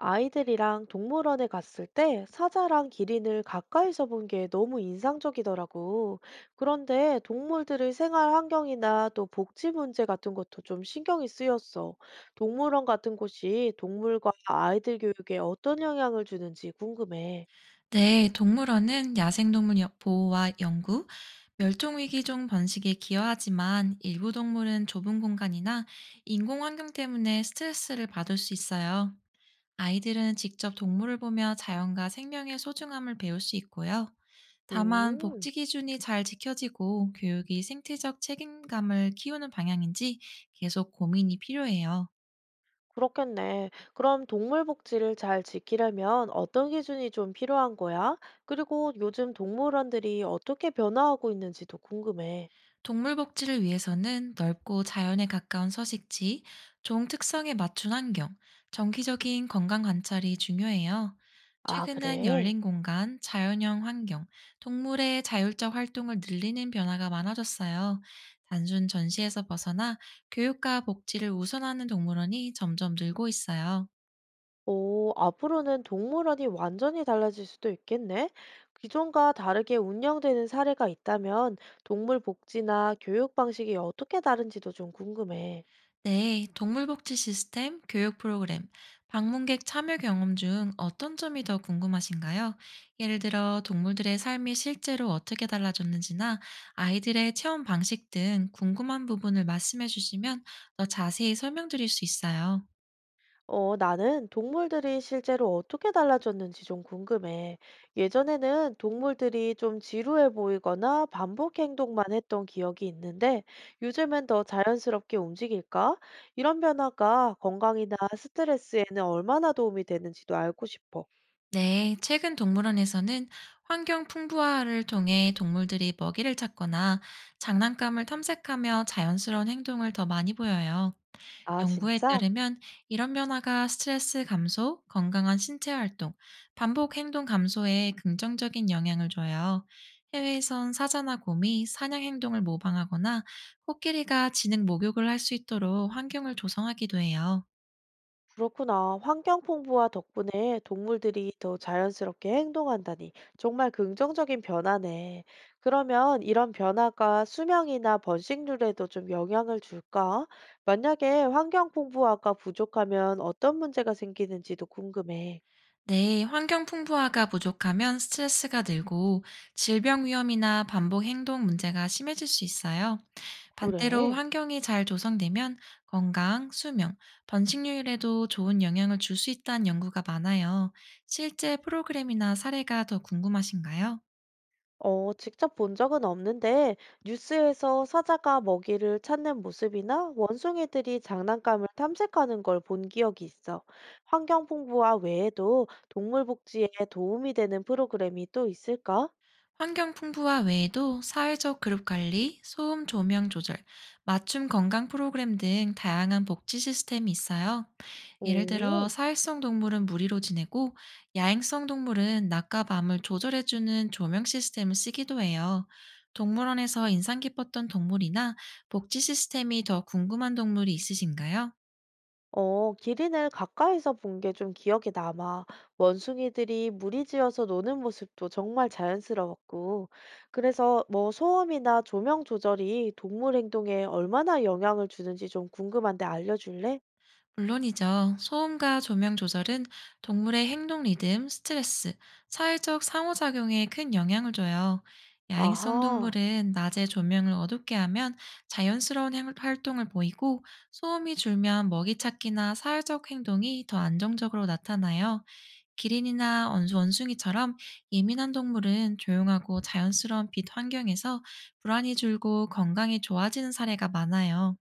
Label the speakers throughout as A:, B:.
A: 아이들이랑 동물원에 갔을 때 사자랑 기린을 가까이서 본 게 너무 인상적이더라고. 그런데 동물들의 생활 환경이나 또 복지 문제 같은 것도 좀 신경이 쓰였어. 동물원 같은 곳이 동물과 아이들 교육에 어떤 영향을 주는지 궁금해.
B: 네, 동물원은 야생동물 보호와 연구, 멸종위기종 번식에 기여하지만 일부 동물은 좁은 공간이나 인공환경 때문에 스트레스를 받을 수 있어요. 아이들은 직접 동물을 보며 자연과 생명의 소중함을 배울 수 있고요. 다만
A: 음,
B: 복지 기준이 잘 지켜지고 교육이 생태적 책임감을 키우는 방향인지 계속 고민이 필요해요.
A: 그렇겠네. 그럼 동물 복지를 잘 지키려면 어떤 기준이 좀 필요한 거야? 그리고 요즘 동물원들이 어떻게 변화하고 있는지도 궁금해.
B: 동물 복지를 위해서는 넓고 자연에 가까운 서식지, 종 특성에 맞춘 환경, 정기적인 건강 관찰이 중요해요.
A: 아,
B: 최근엔
A: 그래?
B: 열린 공간, 자연형 환경, 동물의 자율적 활동을 늘리는 변화가 많아졌어요. 단순 전시에서 벗어나 교육과 복지를 우선하는 동물원이 점점 늘고 있어요.
A: 오, 앞으로는 동물원이 완전히 달라질 수도 있겠네. 기존과 다르게 운영되는 사례가 있다면 동물 복지나 교육 방식이 어떻게 다른지도 좀 궁금해.
B: 네, 동물복지 시스템, 교육 프로그램, 방문객 참여 경험 중 어떤 점이 더 궁금하신가요? 예를 들어 동물들의 삶이 실제로 어떻게 달라졌는지나 아이들의 체험 방식 등 궁금한 부분을 말씀해 주시면 더 자세히 설명드릴 수 있어요.
A: 어, 나는 동물들이 실제로 어떻게 달라졌는지 좀 궁금해. 예전에는 동물들이 좀 지루해 보이거나 반복 행동만 했던 기억이 있는데 요즘엔 더 자연스럽게 움직일까? 이런 변화가 건강이나 스트레스에는 얼마나 도움이 되는지도 알고 싶어.
B: 네, 최근 동물원에서는 환경 풍부화를 통해 동물들이 먹이를 찾거나 장난감을 탐색하며 자연스러운 행동을 더 많이 보여요.
A: 아,
B: 연구에
A: 진짜?
B: 따르면 이런 변화가 스트레스 감소, 건강한 신체 활동, 반복 행동 감소에 긍정적인 영향을 줘요. 해외에선 사자나 곰이 사냥 행동을 모방하거나 코끼리가 진흙 목욕을 할 수 있도록 환경을 조성하기도 해요.
A: 그렇구나. 환경 풍부화 덕분에 동물들이 더 자연스럽게 행동한다니 정말 긍정적인 변화네. 그러면 이런 변화가 수명이나 번식률에도 좀 영향을 줄까? 만약에 환경 풍부화가 부족하면 어떤 문제가 생기는지도 궁금해.
B: 네, 환경 풍부화가 부족하면 스트레스가 늘고 질병 위험이나 반복 행동 문제가 심해질 수 있어요. 반대로
A: 그래.
B: 환경이 잘 조성되면 건강, 수명, 번식률에도 좋은 영향을 줄 수 있다는 연구가 많아요. 실제 프로그램이나 사례가 더 궁금하신가요?
A: 어, 직접 본 적은 없는데, 뉴스에서 사자가 먹이를 찾는 모습이나 원숭이들이 장난감을 탐색하는 걸 본 기억이 있어. 환경 홍보와 외에도 동물 복지에 도움이 되는 프로그램이 또 있을까?
B: 환경 풍부화 외에도 사회적 그룹 관리, 소음 조명 조절, 맞춤 건강 프로그램 등 다양한 복지 시스템이 있어요. 예를 들어
A: 오.
B: 사회성 동물은 무리로 지내고 야행성 동물은 낮과 밤을 조절해주는 조명 시스템을 쓰기도 해요. 동물원에서 인상 깊었던 동물이나 복지 시스템이 더 궁금한 동물이 있으신가요?
A: 어, 기린을 가까이서 본 게 좀 기억에 남아. 원숭이들이 무리지어서 노는 모습도 정말 자연스러웠고. 그래서 뭐 소음이나 조명 조절이 동물 행동에 얼마나 영향을 주는지 좀 궁금한데 알려줄래?
B: 물론이죠. 소음과 조명 조절은 동물의 행동 리듬, 스트레스, 사회적 상호작용에 큰 영향을 줘요. 야행성
A: 아하.
B: 동물은 낮에 조명을 어둡게 하면 자연스러운 활동을 보이고 소음이 줄면 먹이 찾기나 사회적 행동이 더 안정적으로 나타나요. 기린이나 원숭이처럼 예민한 동물은 조용하고 자연스러운 빛 환경에서 불안이 줄고 건강이 좋아지는 사례가 많아요.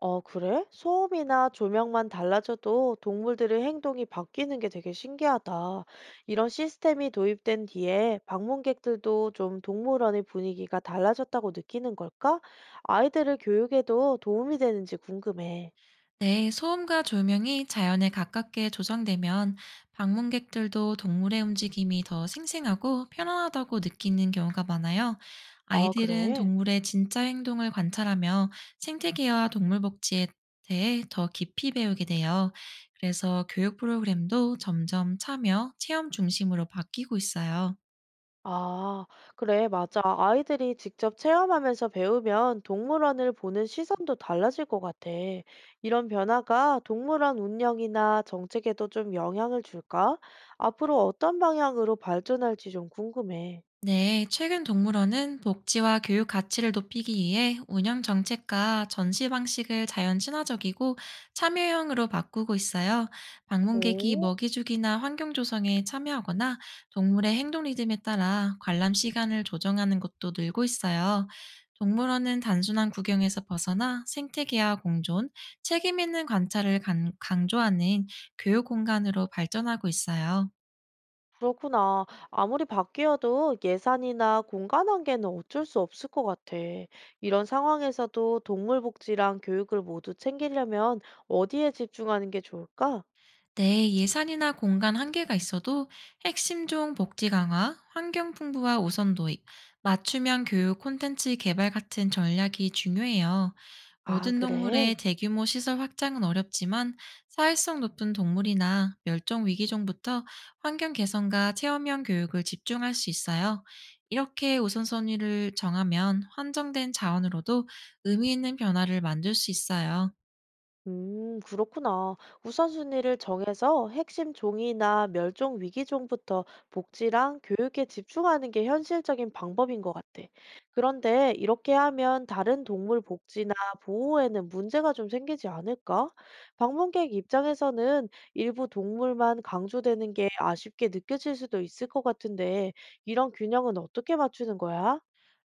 A: 어, 그래? 소음이나 조명만 달라져도 동물들의 행동이 바뀌는 게 되게 신기하다. 이런 시스템이 도입된 뒤에 방문객들도 좀 동물원의 분위기가 달라졌다고 느끼는 걸까? 아이들을 교육에도 도움이 되는지 궁금해.
B: 네, 소음과 조명이 자연에 가깝게 조정되면 방문객들도 동물의 움직임이 더 생생하고 편안하다고 느끼는 경우가 많아요.
A: 아,
B: 아이들은
A: 그래?
B: 동물의 진짜 행동을 관찰하며 생태계와 동물 복지에 대해 더 깊이 배우게 돼요. 그래서 교육 프로그램도 점점 참여, 체험 중심으로 바뀌고 있어요.
A: 아, 그래, 맞아. 아이들이 직접 체험하면서 배우면 동물원을 보는 시선도 달라질 것 같아. 이런 변화가 동물원 운영이나 정책에도 좀 영향을 줄까? 앞으로 어떤 방향으로 발전할지 좀 궁금해.
B: 네, 최근 동물원은 복지와 교육 가치를 높이기 위해 운영 정책과 전시 방식을 자연 친화적이고 참여형으로 바꾸고 있어요. 방문객이
A: 오,
B: 먹이주기나 환경 조성에 참여하거나 동물의 행동 리듬에 따라 관람 시간을 조정하는 것도 늘고 있어요. 동물원은 단순한 구경에서 벗어나 생태계와 공존, 책임 있는 관찰을 강조하는 교육 공간으로 발전하고 있어요.
A: 그렇구나. 아무리 바뀌어도 예산이나 공간 한계는 어쩔 수 없을 것 같아. 이런 상황에서도 동물복지랑 교육을 모두 챙기려면 어디에 집중하는 게 좋을까?
B: 네, 예산이나 공간 한계가 있어도 핵심종 복지 강화, 환경 풍부화 우선 도입, 맞춤형 교육 콘텐츠 개발 같은 전략이 중요해요.
A: 아,
B: 모든 동물의
A: 그래.
B: 대규모 시설 확장은 어렵지만 사회성 높은 동물이나 멸종 위기종부터 환경 개선과 체험형 교육을 집중할 수 있어요. 이렇게 우선순위를 정하면 환정된 자원으로도 의미 있는 변화를 만들 수 있어요.
A: 그렇구나. 우선순위를 정해서 핵심 종이나 멸종 위기 종부터 복지랑 교육에 집중하는 게 현실적인 방법인 것 같아. 그런데 이렇게 하면 다른 동물 복지나 보호에는 문제가 좀 생기지 않을까? 방문객 입장에서는 일부 동물만 강조되는 게 아쉽게 느껴질 수도 있을 것 같은데, 이런 균형은 어떻게 맞추는 거야?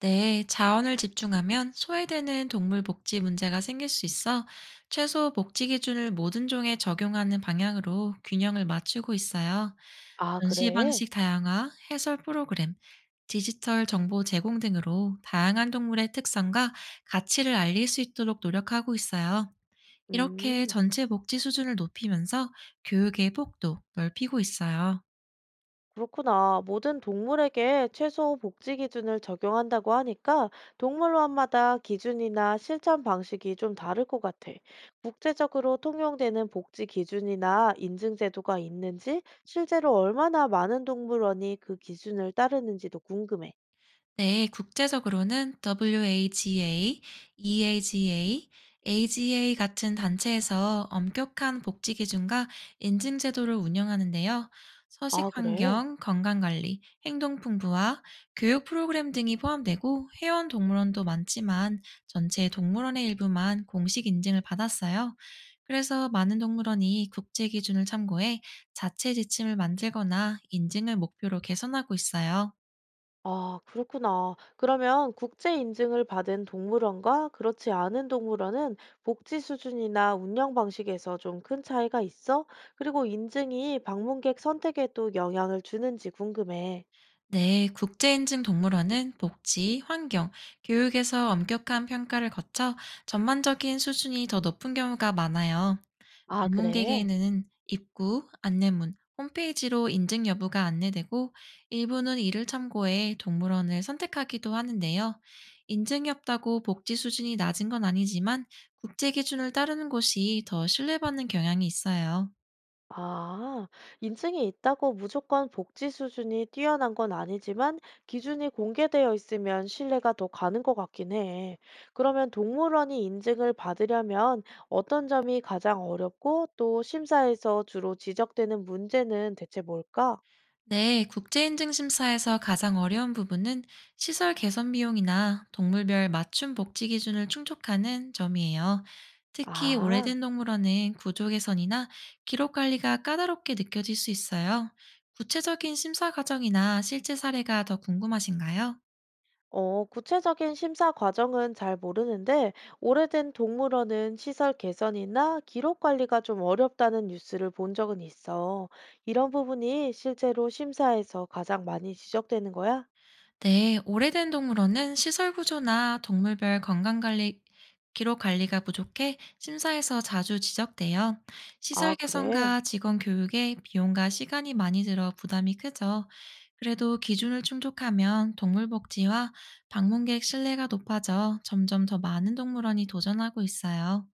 B: 네, 자원을 집중하면 소외되는 동물 복지 문제가 생길 수 있어 최소 복지 기준을 모든 종에 적용하는 방향으로 균형을 맞추고 있어요.
A: 아,
B: 전시
A: 그래?
B: 방식 다양화, 해설 프로그램, 디지털 정보 제공 등으로 다양한 동물의 특성과 가치를 알릴 수 있도록 노력하고 있어요. 이렇게
A: 음.
B: 전체 복지 수준을 높이면서 교육의 폭도 넓히고 있어요.
A: 그렇구나. 모든 동물에게 최소 복지 기준을 적용한다고 하니까 동물원마다 기준이나 실천 방식이 좀 다를 것 같아. 국제적으로 통용되는 복지 기준이나 인증 제도가 있는지, 실제로 얼마나 많은 동물원이 그 기준을 따르는지도 궁금해.
B: 네, 국제적으로는 WAGA, EAGA, AGA 같은 단체에서 엄격한 복지 기준과 인증 제도를 운영하는데요. 서식
A: 아, 그래?
B: 환경, 건강 관리, 행동 풍부화, 교육 프로그램 등이 포함되고 회원 동물원도 많지만 전체 동물원의 일부만 공식 인증을 받았어요. 그래서 많은 동물원이 국제 기준을 참고해 자체 지침을 만들거나 인증을 목표로 개선하고 있어요.
A: 아, 그렇구나. 그러면 국제 인증을 받은 동물원과 그렇지 않은 동물원은 복지 수준이나 운영 방식에서 좀 큰 차이가 있어? 그리고 인증이 방문객 선택에도 영향을 주는지 궁금해.
B: 네, 국제인증 동물원은 복지, 환경, 교육에서 엄격한 평가를 거쳐 전반적인 수준이 더 높은 경우가 많아요.
A: 아, 그래?
B: 방문객에게는 입구, 안내문, 홈페이지로 인증 여부가 안내되고 일부는 이를 참고해 동물원을 선택하기도 하는데요. 인증이 없다고 복지 수준이 낮은 건 아니지만 국제 기준을 따르는 곳이 더 신뢰받는 경향이 있어요.
A: 아, 인증이 있다고 무조건 복지 수준이 뛰어난 건 아니지만 기준이 공개되어 있으면 신뢰가 더 가는 것 같긴 해. 그러면 동물원이 인증을 받으려면 어떤 점이 가장 어렵고 또 심사에서 주로 지적되는 문제는 대체 뭘까?
B: 네, 국제인증심사에서 가장 어려운 부분은 시설 개선 비용이나 동물별 맞춤 복지 기준을 충족하는 점이에요. 특히
A: 아.
B: 오래된 동물원은 구조 개선이나 기록 관리가 까다롭게 느껴질 수 있어요. 구체적인 심사 과정이나 실제 사례가 더 궁금하신가요?
A: 어, 구체적인 심사 과정은 잘 모르는데, 오래된 동물원은 시설 개선이나 기록 관리가 좀 어렵다는 뉴스를 본 적은 있어. 이런 부분이 실제로 심사에서 가장 많이 지적되는 거야?
B: 네, 오래된 동물원은 시설 구조나 동물별 건강관리, 기록 관리가 부족해 심사에서 자주 지적돼요.
A: 아,
B: 시설
A: 그래.
B: 개선과 직원 교육에 비용과 시간이 많이 들어 부담이 크죠. 그래도 기준을 충족하면 동물 복지와 방문객 신뢰가 높아져 점점 더 많은 동물원이 도전하고 있어요.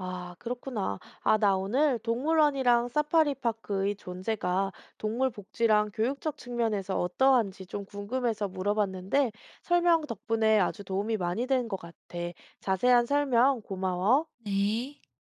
A: 아, 그렇구나. 아, 나 오늘 동물원이랑 사파리파크의 존재가 동물 복지랑 교육적 측면에서 어떠한지 좀 궁금해서 물어봤는데, 설명 덕분에 아주 도움이 많이 된 것 같아. 자세한 설명 고마워.
B: 네.